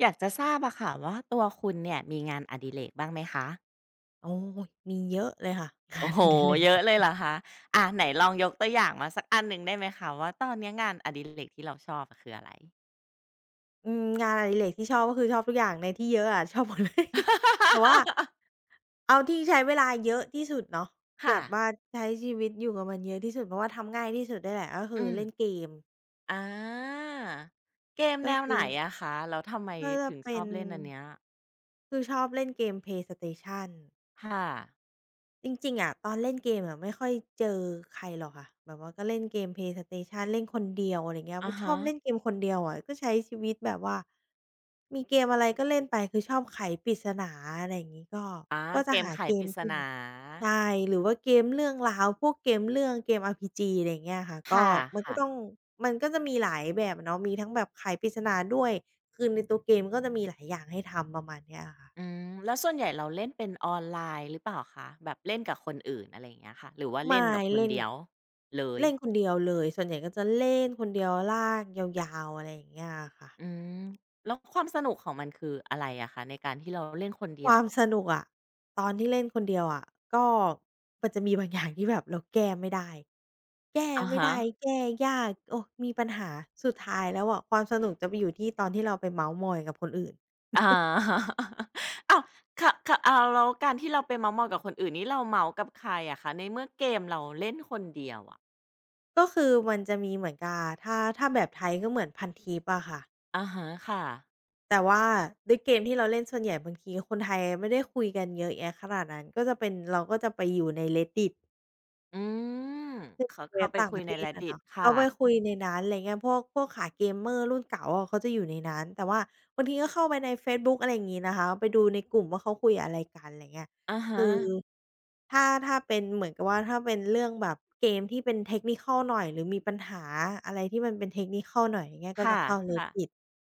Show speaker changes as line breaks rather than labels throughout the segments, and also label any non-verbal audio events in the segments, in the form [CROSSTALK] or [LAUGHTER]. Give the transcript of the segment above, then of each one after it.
อยากจะทราบอะค่ะว่าตัวคุณเนี่ยมีงานอดิเรกบ้างไหมคะ
โอ้ยมีเยอะเลยค่ะ [LAUGHS] งา
โอ้
น
โฮ
อดิเร
เยอะ
ก
เลยเหรอคะไหนลองยกตัวอย่างมาสักอันหนึ่งได้ไหมคะว่าตอนเนี้ยงานอดิเรกที่เราชอบอะคืออะไร
งานอดิเรกที่ชอบก็คือชอบทุกอย่างในที่เยอะอะ [LAUGHS] ชอบหมดเลย [LAUGHS] แต่ว่า
[LAUGHS]
เอาที่ใช้เวลาเยอะที่สุดเนาะแบ
ค่ะ
บว่าใช้ชีวิตอยู่กับมันเยอะที่สุดเพราะว่าทำง่ายที่สุดเนี่ยแหละก็
อื
คือ
ม
เล่นเกม
อาเกมแน
ก็
วไหน
คือ
อะคะแล้วทำไม
ก็จะ
ถึงช
เป็
อ
น
บเล่นอันเนี้ย
คือชอบเล่นเกม PlayStation
ค่ะ
จริงๆอะตอนเล่นเกมอะไม่ค่อยเจอใครหรอกค่ะแบบว่าก็เล่นเกม PlayStation เล่นคนเดียวอะไรเงี้ย
อะ
ชอ
ฮะ
บเล่นเกมคนเดียวอะก็ใช้ชีวิตแบบว่ามีเกมอะไรก็เล่นไปคือชอบไขปริศนาอะไรอย่างงี้ก็
อา
ก็
เก
จะ
ม
หา
ไข
เก
ป
ม
ริศ
ที่
นา
มันใช่หรือว่าเกมเรื่องราวพวกเกมเรื่องเกม RPG อะไรอย่างเงี้ยค่ะก็
ค่
มันก็
ะ
ต้อง
ๆ
มันก็จะมีหลายแบบอะเนาะมีทั้งแบบไขปริศนาด้วยคือในตัวเกมก็จะมีหลายอย่างให้ทำประมาณเนี้ยอะค่ะ
อืมแล้วส่วนใหญ่เราเล่นเป็นออนไลน์หรือเปล่าคะแบบเล่นกับคนอื่นอะไรอย่างเงี้ยค่ะหรือว่าเล่น
ไม่
แบบคน
เล่น
เดียวเลย
เล่นคนเดียวเลยส่วนใหญ่ก็จะเล่นคนเดียวลากยาวๆอะไรอย่างเงี้ยอะค่ะ
อืมแล้วความสนุกของมันคืออะไรอะคะในการที่เราเล่นคนเดี
ค
ยว
วามสนุกอะตอนที่เล่นคนเดียวอะก็มันจะมีบางอย่างที่แบบเราแก้ไม่ได้แก้
อะ
ไม่
ฮะ
ได้แก้ยากโอ้มีปัญหาสุดท้ายแล้วอะความสนุกจะไปอยู่ที่ตอนที่เราไปเมาท์มอยกับคนอื่น
อา [LAUGHS] อ้าวคะคะอ้าวแล้วการที่เราไปเม้าท์มอยกับคนอื่นนี่เราเมาท์กับใครอะคะในเมื่อเกมเราเล่นคนเดียวอะ
ก็คือมันจะมีเหมือนกับถ้าแบบไทยก็เหมือนพันทิปอะค่ะ
อะฮะค่ะ
แต่ว่าด้วยเกมที่เราเล่นส่วนใหญ่บางทีคนไทยไม่ได้คุยกันเยอะแยะขนาดนั้นก็จะเป็นเราก็จะไปอยู่ใน Reddit
อืม
คือ
เขา
เว็
เข้า
บ
ไป
ต่าง
คุ
ป
ย
ระ
ใน
เทศอะ
Reddit
เนาะก็
ค่ะ
ไปคุยในนั้นอะไรเงี้ยพวกขาเกมเมอร์รุ่นเก๋าอะเขาจะอยู่ในนั้นแต่ว่าบางทีก็เข้าไปในเฟซบุ๊กอะไรอย่างงี้นะคะไปดูในกลุ่มว่าเขาคุยอะไรกันอะไรเงี้ย
อะฮะ
คือถ้าเป็นเหมือนกับว่าถ้าเป็นเรื่องแบบเกมที่เป็น Technical หน่อยหรือมีปัญหาอะไรที่มันเป็น Technical หน่อยอย่างเงี้ยก็
ค่
จะเข้า
ะๆ
Reddit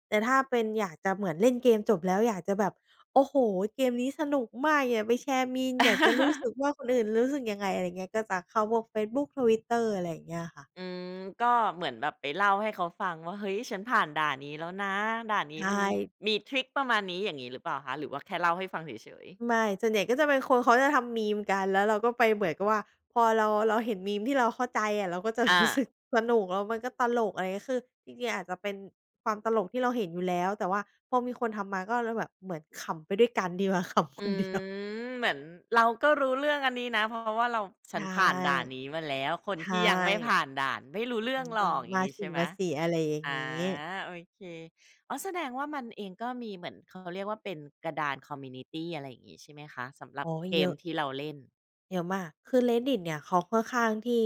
แต่ถ้าเป็นอยากจะเหมือนเล่นเกมจบแล้วอยากจะแบบ โอ้โฮเกมนี้สนุกมากอย่าไปแชร์มีมอยากจะรู้สึกว่าคนอื่นรู้สึกยังไงอะไรเงี้ยก็จะเข้าพวกเฟซบุ๊ก Twitter อะไรอย่างเงี้ยค่ะ
อืมก็เหมือนแบบไปเล่าให้เขาฟังว่าเฮ้ยฉันผ่านด่านนี้แล้วนะด่านนี้
ใช่
มันมีทริกประมาณนี้อย่างงี้หรือเปล่าคะหรือว่าแค่เล่าให้ฟังเฉยๆ
ไม่ส่วนใหญ่ก็จะเป็นคนเขาจะทำมีมกันแล้วเราก็ไปเหมือนกับว่าพอเราเห็นมีมที่เราเข้าใจอะเราก็จะ
อา
รู้สึกสนุกแล้วมันก็ตลกอะไรเงี้ยคือจริงๆอาจจะเป็นความตลกที่เราเห็นอยู่แล้วแต่ว่าพอมีคนทำมาก็เลยแบบเหมือนขำไปด้วยกันดีกว่า [LAUGHS] ขำค
อื
นเดียว
มเหมือนเราก็รู้เรื่องอันนี้นะเพราะว่าเรา
ใช
ฉันผ่านด่าน
่
นี้มาแล้วคน
ใช่
ที่ยังไม่ผ่านด่านไม่รู้เรื่
อื
องหร
มา
อกอย่าง
มา
งี้
สิ
ใช่ไหม
มาสิอะไรอย่าง
อา
งี้
โอเคอ๋อแสดงว่ามันเองก็มีเหมือนเขาเรียกว่าเป็นกระดานคอมมิวนิตีอะไรอย่างงี้ใช่ไหมคะสำหรับ
อ๋อ
เก
เย
ม
อะ
ที่เราเล่น
เยอะมากคือ Reddit เนี่ยเขาค่อนข้างที่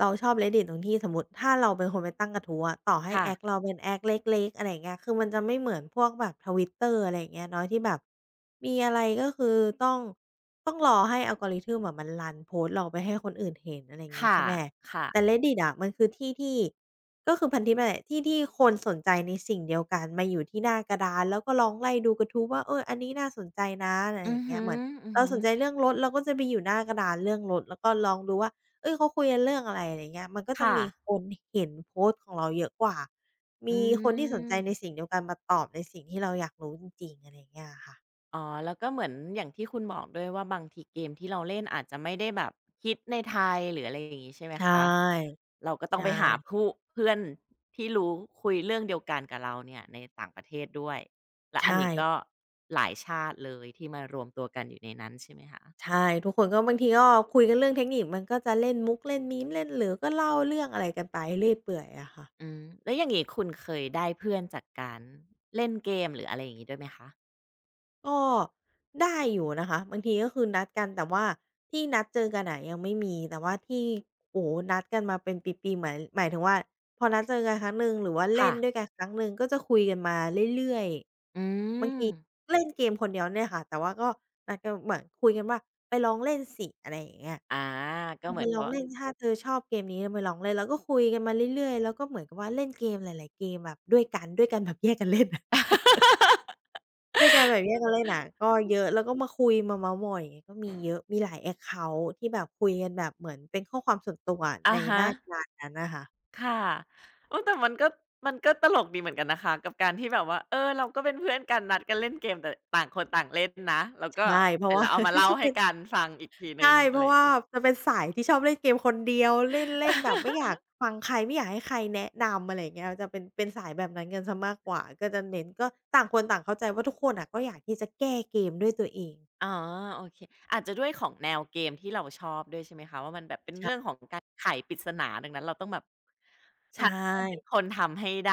เราชอบ Reddit ตรงที่สมมุติถ้าเราเป็นคนไปตั้งกระทู้อะต่อให้
ค่ะ
แอ็กเราเป็นแอ็กเล็กๆอะไรอย่างเงี้ยคือมันจะไม่เหมือนพวกแบบ Twitter อะไรอย่างเงี้ยเนาะที่แบบมีอะไรก็คือต้องต้องรอให้ algorithm อะมันรันโพสต์เราไปให้คนอื่นเห็นอะไรอย่างงี้
ค่ะ
ใช่ไหม
ค่ะ
แต่ Reddit อะมันคือที่ที่ก็คือพันทิปนั่นแหละที่ที่คนสนใจในสิ่งเดียวกันมาอยู่ที่หน้ากระดานแล้วก็ลองไล่ดูกระทู้ว่าเอออันนี้น่าสนใจนะอะไร
อื
อ
อ
ย่าง
ฮึ
เงี้ยเหมือน เราสนใจ
ๆ
เรื่องรถเราก็จะไปอยู่หน้ากระดานเรื่องรถแล้วก็ลองดูว่าเฮ้ยเขาคุยกันเรื่องอะไรอะไรเงี้ยมันก็จะ
ค่ะ
มีคนเห็นโพสต์ของเราเยอะกว่า
อื
มีคนที่สนใจ
ม
ในสิ่งเดียวกันมาตอบในสิ่งที่เราอยากรู้จริงๆอะไรอย่างเงี้ยอะค่ะ
อ๋อแล้วก็เหมือนอย่างที่คุณบอกด้วยว่าบางทีเกมที่เราเล่นอาจจะไม่ได้แบบฮิตในไทยหรืออะไรอย่างงี้ใช่ไหม
ใช่
คะเราก็ต้อ
ใช
งไปหา
่
ผู้เพื่อนที่รู้คุยเรื่องเดียวกันกับเราเนี่ยในต่างประเทศด้วยและอัน
ใช่
นี้ก็หลายชาติเลยที่มารวมตัวกันอยู่ในนั้นใช่ไหมคะ
ใช่ทุกคนก็บางทีก็คุยกันเรื่องเทคนิคมันก็จะเล่นมุกเล่นมีมเล่นหรือก็เล่าเรื่องอะไรกันไปเรื่อยเปื่อยอะค่ะ
อืมแล้วอย่างงี้คุณเคยได้เพื่อนจากการเล่นเกมหรืออะไรอย่างงี้ด้วยไหมคะ
ก็ได้อยู่นะคะบางทีก็คือนัดกันแต่ว่าที่นัดเจอกันอะยังไม่มีแต่ว่าที่โอ้โฮนัดกันมาเป็นปีๆหมายถึงว่าพอนัดเจอกันครั้งหนึ่งหรือว่าเล่
ค่ะ
นด้วยกันครั้งหนึ่งก็จะคุยกันมาเรื่อย
อื
ๆบาง
ม
ทีเล่นเกมคนเดียวเนี่ยค่ะแต่ว่าก็นัดกันเหมือนคุยกันว่าไปลองเล่นสิอะไรอย่างเงี้ย
อา
เธ
ก็
อ
เหมื
ไป
อนกั
ล
บ
อง
ว่า
เล่นถ้าเธอชอบเกมนี้เธอไปลองเล่นแล้วก็คุยกันมาเรื่อยๆแล้วก็เหมือนกับว่าเล่นเกมหลายๆเกมแบบด้วยกันด้วยกันแบบแยกกันเล่น
[LAUGHS]
ด้วยการแบบแยกกันเล่นอะก็เยอะแล้วก็มาคุยมาเม้าท์มอยอย่างเงี้ยก็มีเยอะมีหลายแอ็กเคานต์ที่แบบคุยกันแบบเหมือนเป็นข้อความส่วนตัวอะใน
อะ
ห
ฮะ
น้ากระดานนั้นน่ะค่ะ
ค่ะโอ้แต่มันก็มันก็ตลกดีเหมือนกันนะคะกับการที่แบบว่าเออเราก็เป็นเพื่อนกันนัดกันเล่นเกมแต่ต่างคนต่างเล่นนะแล้วก็
ใช่เพ
เสร็
ราะ
จ
ว่า
แล้วเอามา
[LAUGHS]
เล่า
จะ
ให้
เป็น
กันฟังอีกทีหนึ่ง
ใช่
อะ
เพ
ไร
ราะ
อย่าง
ว่า
เงี้ย
จะเป็นสายที่ชอบเล่นเกมคนเดียวเล่นเล่นแบบไม่อยาก
[LAUGHS]
ฟังใครไม่อยากให้ใครแนะนำอะไรอย่างเงี้ยจะเป็นสายแบบนั้นกันเสียมากกว่าก็จะเน้นก็ต่างคนต่างเข้าใจว่าทุกคนน่ะก็อยากที่จะแก้เกมด้วยตัวเอง
อ๋อโอเคอาจจะด้วยของแนวเกมที่เราชอบด้วยใช่ไหมคะว่ามันแบบเป็นเรื่อง
ใช
ของการไขปริศนาดังนั้นเราต้องแบบ
ใช่
ฉันต้องเป็นคนทำให้ได้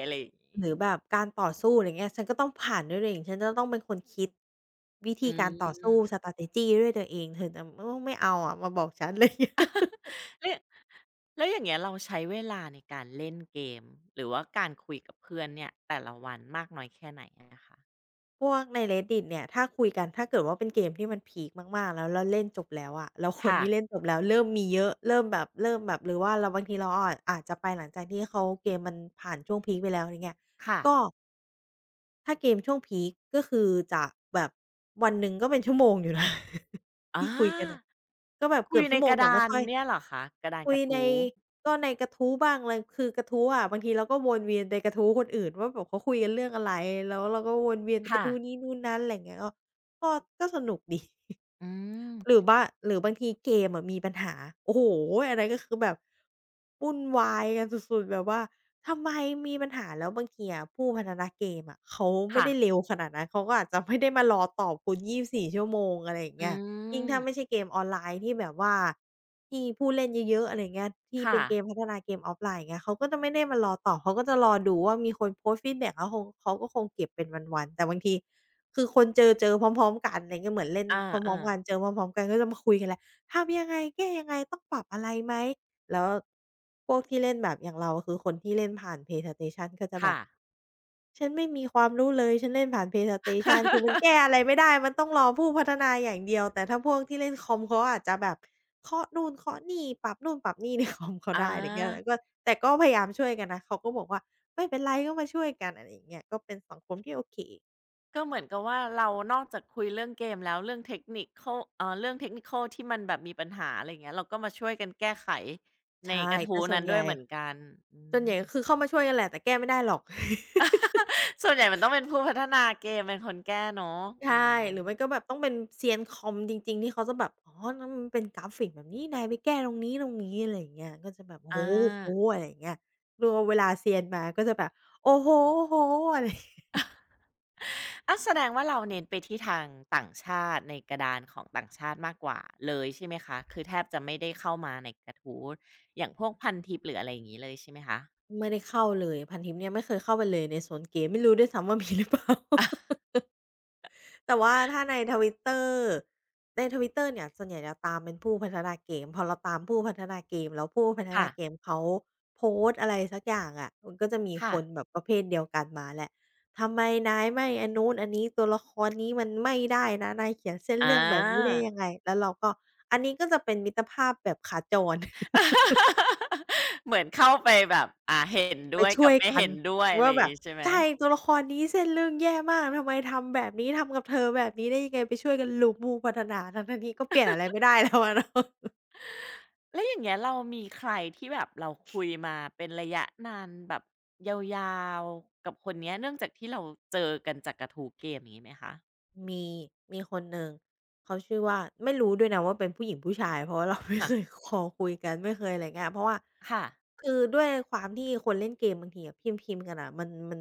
อะไรอย่างงี้
หรือแบบการต่อสู้อะไรเงี้ยฉันก็ต้องผ่านด้วยตัวเองฉันจะต้องเป็นคนคิดวิ
อื
ธีการต่อสู้
ม
strategy ด้วยตัวเองเธอจะโอ้ไม่เอาอะมาบอกฉันอะไรเงี้ย [LAUGHS]
แล้วแล้วอย่างเงี้ยเราใช้เวลาในการเล่นเกมหรือว่าการคุยกับเพื่อนเนี่ยแต่ละวันมากน้อยแค่ไหนอะนะคะ
พวกใน Reddit เนี่ยถ้าคุยกันถ้าเกิดว่าเป็นเกมที่มันพีกมากๆแล้วเล่นจบแล้วอะแล้วคน
ค่ะ
ที่เล่นจบแล้วเริ่มมีเยอะเริ่มแบบหรือว่าเราบางทีเราอาจจะไปหลังจากที่เขาเกมมันผ่านช่วงพีกไปแล้วอะไรเงี้ย
ค่ะ
ก็ ถ้าเกมช่วงพีกก็คือจะแบบวันหนึ่งก็เป็นชั่วโมงอยู่นะ [LAUGHS]
อา
ที่คุยกันน่ะก็แบบ
คุ
เกือ
ย
บ
ใน
ชั่วโม
ก
ง
ระ
แต่
ดา
ไม่
น
ค่อย
เนี่ยเหรอคะ กระดาน
คุ
ก
ย
ระ
ใน
ทู้
ก็ในกระทู้บ้างอะไรคือกระทู้อะบางทีเราก็วนเวียนในกระทู้คนอื่นว่าแบบเขาคุยกันเรื่องอะไรแล้วเราก็วนเวียนไปกระ
ค่ะ
ทู้นี้นู่นนั้นอะไรอย่างเงี้ยก็ก็สนุกดี
อืม
หรือบ้าหรือบางทีเกมอะมีปัญหาโอ้โฮอันนั้นก็คือแบบวุ่นวายกันสุดๆแบบว่าทำไมมีปัญหาแล้วบางทีอะผู้พัฒนาเกมอะเขาไม่
ค่ะ
ได้เร็วขนาดนั้นเขาก็อาจจะไม่ได้มารอตอบคุณ24ชั่วโมงอะไรอย่าง
อื
เงี้ยยิ่ง
ม
ถ้าไม่ใช่เกมออนไลน์ที่แบบว่าที่ผู้เล่นเยอะๆอะไรอย่างเงี้ยที่
ค่ะ
เป็นเกมพัฒนาเกม offline อย่างเงี้ยเขาก็จะไม่ได้มารอตอบเขาก็จะรอดูว่ามีคนโพสต์ฟีดแบ็กแล้วคงเขาก็คงเก็บเป็นวันๆแต่บางที คือคนเจอพร้อมๆกันอะไรเงี้ยเหมือนเล่น
อ
พร้อ
า
มๆ
ๆ
กันเจอพร้อมๆกันก็จะมาคุยกันแหละทำยังไงแก้ยังไงต้องปรับอะไรไหมแล้วพวกที่เล่นแบบอย่างเราคือคนที่เล่นผ่าน PlayStation ก็จะแบ
ค่ะ
บฉันไม่มีความรู้เลยฉันเล่นผ่าน PlayStation คือมันแก้
[LAUGHS]
อะไรไม่ได้มันต้องรอผู้พัฒนาอย่างเดียวแต่ถ้าพวกที่เล่นคอมเขาอาจจะแบบเคาะนู่นเคาะนี่ปรับนู่นปรับนี่ในคอมเขา
อา
ได้อะไรเงี้ยแล้วก็แต่ก็พยายามช่วยกันนะเขาก็บอกว่าไม่เป็นไรก็มาช่วยกันอะไรอย่างเงี้ยก็เป็นสังคมที่โอเค
ก็เหมือนกับว่าเรานอกจากคุยเรื่องเกมแล้วเรื่องเทคนิคัลเรื่อง Technical ทคนิคอลที่มันแบบมีปัญหาอะไรอย่างเงี้ยเราก็มาช่วยกันแก้ไขใน
ใช่
กระ
แต่
ทู้
ส่ว
นั้
น
น
ให
ด้ว
ญ่
ยเหมือนกันอื
ส่วนใหญ่ก็
ม
คือเข้ามาช่วยกันแหละแต่แก้ไม่ได้หรอก [LAUGHS]
ส่วนใหญ่มันต้องเป็นผู้พัฒนาเกมเป็นคนแก้เนาะอื
ใช่ห
ม
รือไม่ก็แบบต้องเป็นเซียนคอมจริงๆที่เขาจะแบบอ๋อนั่นมันเป็นกราฟิกแบบนี้นายไปแก้ตรงนี้อะไรอย่างเงี้ยก็จะแบบโอ้โฮ
อา
โอ้โฮอะไรอย่างเงี้ยรอเวลาเซียนมาก็จะแบบโอ้โฮโอ้โฮอะไร
อ้าวแสดงว่าเราเน้นไปที่ทางต่างชาติในกระดานของต่างชาติมากกว่าเลยใช่ไหมคะ คือแทบจะไม่ได้เข้ามาในกระทู้อย่างพวกพันทิปหรืออะไรอย่างงี้เลยใช่ไหมคะ
ไม่ได้เข้าเลยพันทิปเนี่ยไม่เคยเข้าไปเลยในโซนเกมไม่รู้ด้วยซ้ำว่ามีหรือเปล่า แต่ว่าถ้าใน Twitter ใน Twitter เนี่ยส่วนใหญ่จะตามเป็นผู้พัฒนาเกมพอเราตามผู้พัฒนาเกมแล้วผู้พัฒ
ค่ะ
นาเกมเขาโพสต์อะไรสักอย่างอะมันก็จะมี
ค่ะ
คนแบบประเภทเดียวกันมาแหละทำไมนายไม่อันนู้นอันนี้ตัวละครนี้มันไม่ได้นะนายเขียนเส้น
อา
เรื่องแบบนี้ได้ยังไงแล้วเราก็อันนี้ก็จะเป็นมิตรภาพแบบขาจร
[LAUGHS] เหมือนเข้าไปแบบเห็น
ไป
ด้วย
ช่
กั
ว
บ
ย
ไม่
กัน
เห็นด้วยอะไร
ว่า
อย่า
แบ
ง
บ
งี้ใช่ไหม
ใช่ตัวละครนี้เส้นเรื่องแย่มากทำไมทำแบบนี้ทำกับเธอแบบนี้ได้ยังไงไปช่วยกัน loop บูมพัฒนาทั้งๆที่ก็เปลี่ยนอะไรไม่ได้แล้วอะเนาะ
แล้วอย่างเงี้ยเรามีใครที่แบบเราคุยมาเป็นระยะนานแบบยาวๆกับคนเนี้ยเนื่องจากที่เราเจอกันจากกระทูเกมอย่างนี้ไหมคะ
มีมีคนหนึ่งเขาชื่อว่าไม่รู้ด้วยนะว่าเป็นผู้หญิงผู้ชายเพราะว่าเรา [LAUGHS] ไม่เคย
ค่ะ
คอลคุยกันไม่เคยอะไรเงี้ยเพราะว่า
ค่ะ
คือด้วยความที่คนเล่นเกมบางทีอะพิมพ์ๆกันน่ะมัน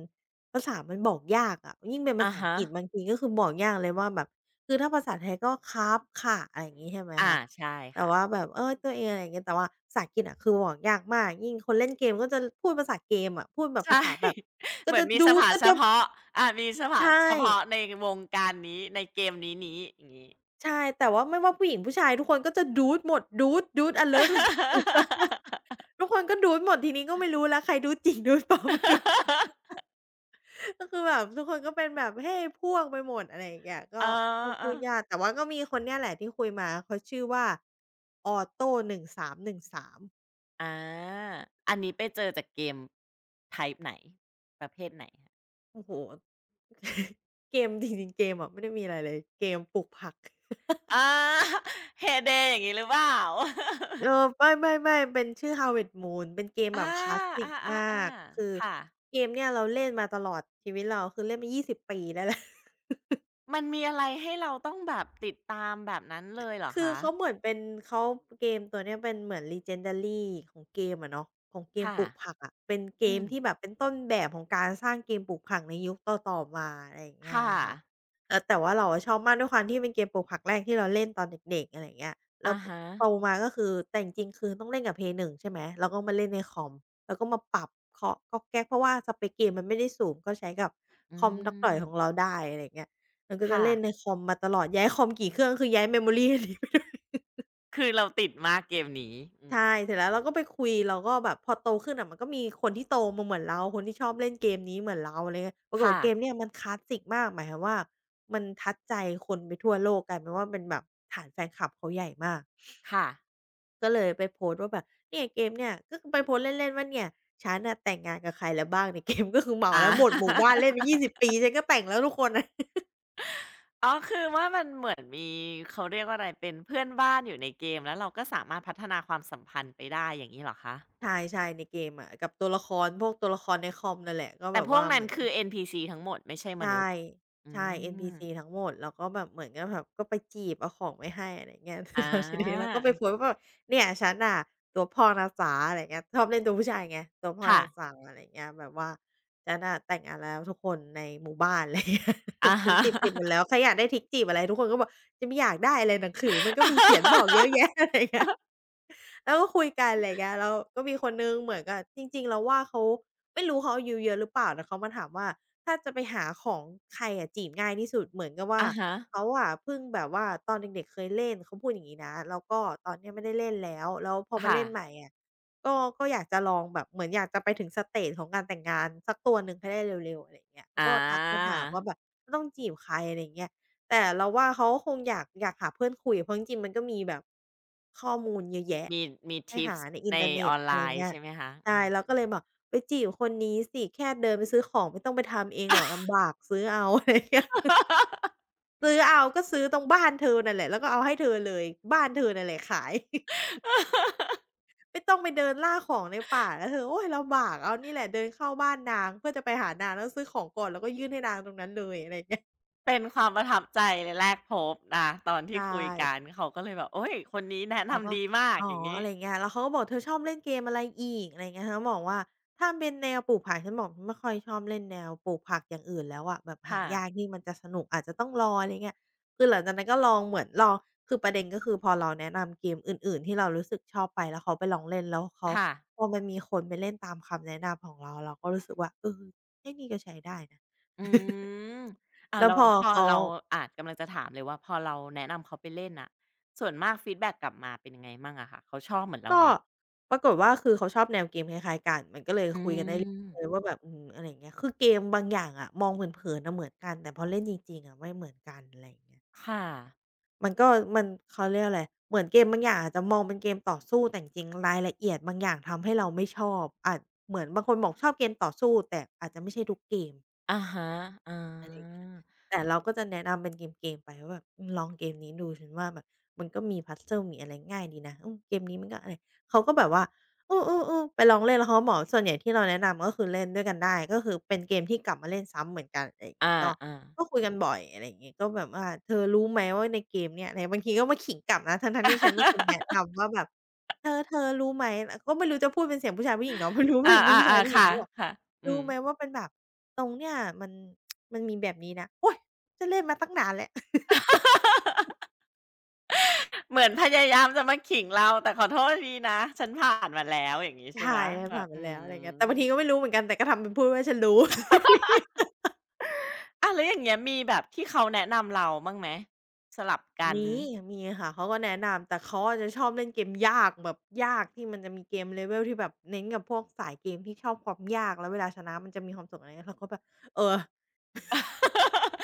ภาษามันบอกยากอะยิ่งเป็นภา
อะ
ษาอัง
ฮะ
กฤษบางทีก็คือบอกยากเลยว่าแบบคือถ้าภาษาไทยก็ครับค่ะอะไรอย่างงี้ใช่ไหม
อา
คะ
ใช่
แต่
ค่ะ
ว่าแบบเออตัวเองอะไรอย่างเงี้ยแต่ว่าภาษาอังกฤษอะคือบอกยากมากยิ่งคนเล่นเกมก็จะพูดภาษาเกมอะพูดแบบภา
ใช่
ษาแบบ
[LAUGHS] เห
ก็
มือ
จะ
นมีส
dude
ภา
ก็
เฉ
จะ
พาะอามีสภา
ใช่
เฉพาะในวงการนี้ในเกมนี้นี้อย่างงี้
ใช่แต่ว่าไม่ว่าผู้หญิงผู้ชายทุกคนก็จะ Dude หมด Dude Dude alert สุดๆ [LAUGHS] ทุกคนก็ Dude หมดทีนี้ก็ไม่รู้แล้วใคร Dude จริง Dude ปลอม Dude
[LAUGHS]
[LAUGHS] ก็คือแบบทุกคนก็เป็นแบบเฮ้พวกไปหมดอะไรอย่างเงี้ยก็
เ
ก็พูด
ออ
ยากแต่ว่าก็มีคนเนี่ยแหละที่คุยมาเขาชื่อว่า Otto 1313
อาอันนี้ไปเจอจากเกม ไทป์ไหน ประเภทไหนคะ
โอ้โฮ [LAUGHS] เกมจริงๆเกมอะไม่ได้มีอะไรเลยเกมปลูกผัก
อา [LAUGHS] Heyday อย่างงี้หรือเปล่า [LAUGHS]
เออไม่เป็นชื่อ Harvest Moon เป็นเกมแบ
อา
บคลาสสิก
อา
มาก
ๆ
คือ
ๆค่ะ
เกมเนี่ยเราเล่นมาตลอดชีวิตเราคือเล่นมา 20 ปีได้แล้ว
มันมีอะไรให้เราต้องแบบติดตามแบบนั้นเลยเหรอ
คือ
คะ
เขาเหมือนเป็นเขาเกมตัวเนี้ยเป็นเหมือน Legendary ของเกมอะเนาะของเกม
ค่ะ
ปลูกผักอะเป็นเก
อื
ม
ม
ที่แบบเป็นต้นแบบของการสร้างเกมปลูกผักในยุคต่อๆมาอะไรอย่างเงี้ย
ค่ะ
อะค่ะเออแต่ว่าเราอะชอบมากด้วยความที่เป็นเกมปลูกผักแรกที่เราเล่นตอนเด็กๆอะไรอย่างเงี้ยแล้ว
อะ
ป
ฮะ
โตมาก็คือแต่จริงๆคือต้องเล่นกับ Play 1ใช่ไหมแล้วก็มาเล่นในคอมแล้วก็มาปรับเคาะก๊อกแก๊กเพราะว่าสเปกเกมมันไม่ได้สูงก็ใช้กับ
อื
คอมดักด่อ
ม
ยของเราได้อะไรอย่างเงี้ย มันก็จะ
ค่ะ
เล่นในคอมมาตลอดย้ายคอมกี่เครื่องคือย้าย memory อันนี้ไปด้วย [LAUGHS]
คือเราติดมากเกมนี้อืม
ใช่ เสร็จแล้วเราก็ไปคุย เราก็แบบพอโตขึ้นอะมันก็มีคนที่โตมาเหมือนเราคนที่ชอบเล่นเกมนี้เหมือนเราอะไรเงี้ยปรากฏ
ค่ะ
ว่าเกมเนี่ยมันคลาสสิกมากหมายความว่ามันทัดใจคนไปทั่วโลกกลายเป็นว่าเป็นแบบฐานแฟนคลับเขาใหญ่มาก
ค่ะ
ก็เลยไปโพสต์ว่าแบบเนี่ยเกมเนี่ยก็คือไปโพสต์เล่นๆว่าเนี่ยฉันน่ะแต่งงานกับใครแล้วบ้างใน [LAUGHS] เกมก็คือเหมาแล้
อา
วหมดหมู่บ้านเล่น
[LAUGHS]
ไป20 ปีฉันก็แต่งแล้วทุกคนอะ
อ๋อคือว่ามันเหมือนมีเขาเรียกว่าอะไรเป็นเพื่อนบ้านอยู่ในเกมแล้วเราก็สามารถพัฒนาความสัมพันธ์ไปได้อย่างงี้เหรอคะ
ใช่ๆในเกมอะกับตัวละครพวกตัวละครในคอมนั่นแหละก็
แต่
แบบ
พวก
ว่า
นั้
เห
น
มือน
คือ NPC ทั้งหมดไม่ใช่ม
ใช่
นุษย์อื
ใช่
ม
NPC ทั้งหมดแล้วก็แบบเหมือนกับแบบก็ไปจีบเอาของไปให้อะไรอย่างเงี้ย [LAUGHS]
อา
แล้วทีนี้เราก็ไป
เอ
โพสต์
ย
ว่าแบบเนี่ยฉันน่ะตัวพ่อนะจ๊ะอะไรอย่างเงี้ยชอบเล่นตัวผู้ชายไงตัวพ่อนะ
ค่ะ
จ๊ะอะไรอย่างเงี้ยแบบว่าฉันน่ะแต่งงานแล้วทุกคนในหมู่บ้านอะไรอย่างเงี้ย
อะ
[LAUGHS] ฉัน
ฮะ
จีบจีบหมดแล้วใครอยากได้ทริกจีบอะไรทุกคนก็บอกจะไม่อยากได้อะไรหนังสือมันก็มีเขียนบอกเยอะแยะ
[LAUGHS]
[LAUGHS] อะไรอย่างเงี้ย แล้วก็คุยกันอะไรยเงี้ยแล้วก็มีคนนึงเหมือนกับจริงๆเราวว่าเขาไม่รู้เขาอายุเยอะหรือเปล่าแต่เขามาถามว่าถ้าจะไปหาของใครอะจีบง่ายที่สุดเหมือนกับว่า
อะฮะ
เขาอะเพิ่งแบบว่าตอนเด็กๆเคยเล่นเขาพูดอย่างงี้นะแล้วก็ตอนเนี้ยไม่ได้เล่นแล้วแล้วพอมา
ค่ะ
เล่นใหม่อะก็ก็อยากจะลองแบบเหมือนอยากจะไปถึงสเตจของการแต่งงานสักตัวหนึ่งให้ได้เร็วๆอะไรอย่างเงี้ยเขา
อา
ก็ทักมาถามว่าแบบต้องจีบใครอะไรอย่างเงี้ย แต่เราว่าเขาก็คงอยากหาเพื่อนคุยเพราะจริงๆมันก็มีแบบข้อมูลเยอะแยะ
มีมี
ให้
ทิป
หา
ส์
ในอิ
ใน
นเทอร์เน็
อ
ต
อนไล
อะไร
น์
เงี้ย
ใช่ไหมคะอื
ใช่
ม
เราก็เลยบอกไปจีบคนนี้สิแค่เดินไปซื้อของไม่ต้องไปทำเองหรอกลำบากซื้อเอาอะไรเงี้ย [LAUGHS]
[LAUGHS]
ซื้อเอาก็ซื้อตรงบ้านเธอนั่นแหละแล้วก็เอาให้เธอเลยบ้านเธอนั่นแหละขาย [LAUGHS] ไม่ต้องไปเดินล่าของในป่านะเธอโอ๊ยลำบากเอานี่แหละเดินเข้าบ้านนางเพื่อจะไปหานางแล้วซื้อของก่อนแล้วก็ยื่นให้นางตรงนั้นเลยอะไรเงี้ย
เป็นความประทับใจในแรกพบอาตอนที่
ใช่
คุยกันเขาก็เลยแบบโอ๊ยคนนี้แนะ
เขาก็
นำดีมาก
อ๋อ
อย่างงี้
อะไรอย่างเงี้ยแล้วเขาก็บอกเธอชอบเล่นเกมอะไรอีกอะไรอย่างเงี้ยฉันก็บอกว่าถ้าเป็นแนวปลูกผักฉันบอกฉันไม่ค่อยชอบเล่นแนวปลูกผักอย่างอื่นแล้วอะแบบหา
ค่ะ
ยากที่มันจะสนุกอาจจะต้องรออะไรเงี้ยคือหลังจากนั้นก็ลองคือประเด็นก็คือพอเราแนะนำเกมอื่นๆที่เรารู้สึกชอบไปแล้วเขาไปลองเล่นแล้วเขา
ค่ะ
พอมันมีคนไปเล่นตามคำแนะนำของเราเราก็รู้สึกว่าเออเทคนิคก็ใช้ได้นะ
อื
[LAUGHS]
มอ่า
แล้ว
แล้ว
พอ
พอ
เขา
เราอากำลังจะถามเลยว่าพอเราแนะนำเขาไปเล่นน่ะส่วนมากฟีดแบ็กกลับมาเป็นยังไงมั่งอะคะเขาชอบเหมือนเรา
ก็
ไหม
ปรากฏว่าคือเขาชอบแนวเกมคล้ายๆกัน มันก็เลย
อื
คุยกันได้เรื่อยๆ
ม
ว่าแบบอืมอะไรอย่างเงี้ยคือเกมบางอย่างอะมองเผินๆอะเหมือนกันแต่พอเล่นจริงๆอะไม่เหมือนกันอะไรอย่างเงี้ย
ค่ะ
มันก็มันเขาเรียกอะไรเหมือนเกมบางอย่างอาจจะมองเป็นเกมต่อสู้แต่จริงๆรายละเอียดบางอย่างทำให้เราไม่ชอบอาจเหมือนบางคนบอกชอบเกมต่อสู้แต่อาจจะไม่ใช่ทุกเกม
อะฮะอ๋อ
แต่เราก็จะแนะนำเป็นเกมๆไปว่าแบบอืมลองเกมนี้ดูฉันว่าแบบมันก็มี puzzle มีอะไรง่ายดีนะอืมเกมนี้มันก็อะไรเขาก็แบบว่าเออๆๆไปลองเล่นแล้วเขาก็บอกส่วนใหญ่ที่เราแนะนำก็คือเล่นด้วยกันได้ก็คือเป็นเกมที่กลับมาเล่นซ้ำเหมือนกันอะไรอย่าง
อ
งี้ก็
า [LAUGHS] ๆ
ก็คุยกันบ่อยอะไรอย่างงี้ก็แบบว่าเธอรู้ไหมว่าในเกมเนี่ยอะไรบางทีก็มาขิงกลับนะทั้งๆที่ฉันเป็นคนแนะนำว่าแบบเธอรู้ไหมเราก็ไม่รู้จะพูดเป็นเสียงผู้ชายผู้หญิงเนาะ [LAUGHS] ไม่รู้ว่า
อ
เป็นผู้ชา
า
ย
ๆ
ผู้
ๆ
หญิง
ค่ะ
หรือเปล่า
ๆอื
รู้
ม
ไหมว่าเป็นแบบตรงเนี่ยมัน มันมีแบบนี้นะโอ๊ยฉันเล่นมาตั้งนานแล้ว [LAUGHS]
[LAUGHS] เหมือนพยายามจะมาขิงเราแต่ขอโทษทีนะฉันผ่านมาแล้วอย่างงี้ใช่
ใช่
ไหม
มัน
แบ
ผ่า
บ
น
อื
มาแล้วอะไรเงี้ยแต่บางทีก็ไม่
ม
รู้เหมือนกัน แต่ก็ทำเป็นพูดว่าฉันรู้ [LAUGHS]
อาแล้วอย่างเงี้ยมีแบบที่เขาแนะนำเราบ้างไหมสลับกัน
มีมีค่ะเขาก็แนะนำแต่เขาอะจะชอบเล่นเกมยากแบบยากที่มันจะมีเกม level ที่แบบเน้นกับพวกสายเกมที่ชอบความยากแล้วเวลาชนะมันจะมีความสุขอะไรเงี้ยเราก็แบบเออ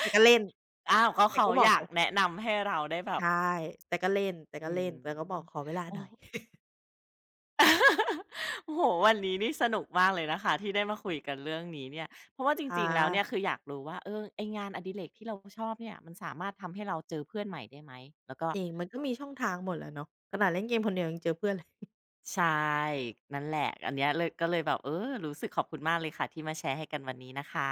แต่ก็เล่น
อ้าวเขา
แต่
เขา
ก็บอ
อ
ก
ยาก
เขา
แนะนำให้เราได้แบบ
ใช่แต่ก็เล่น
อืม
แต่ก็บอกขอเวลา
โอ้
ห
[LAUGHS]
น่อย
โอ้โหวันนี้นี่สนุกมากเลยนะคะที่ได้มาคุยกันเรื่องนี้เนี่ยเพราะว่าจริ
ค่ะ
งๆแล้วเนี่ยคืออยากรู้ว่าเออไองานอดิเรกที่เราชอบเนี่ยมันสามารถทำให้เราเจอเพื่อนใหม่ได้ไหมแล้วก็
จริงมันก็มีช่องทางหมดแหละเนาะขนาดเล่นเกมคนเดียวยังเจอเพื่อนเลย
ใช่นั่นแหละอันเนี้ยเลยก็เลยแบบเออรู้สึกขอบคุณมากเลยค่ะที่มาแชร์ให้กันวันนี้นะคะ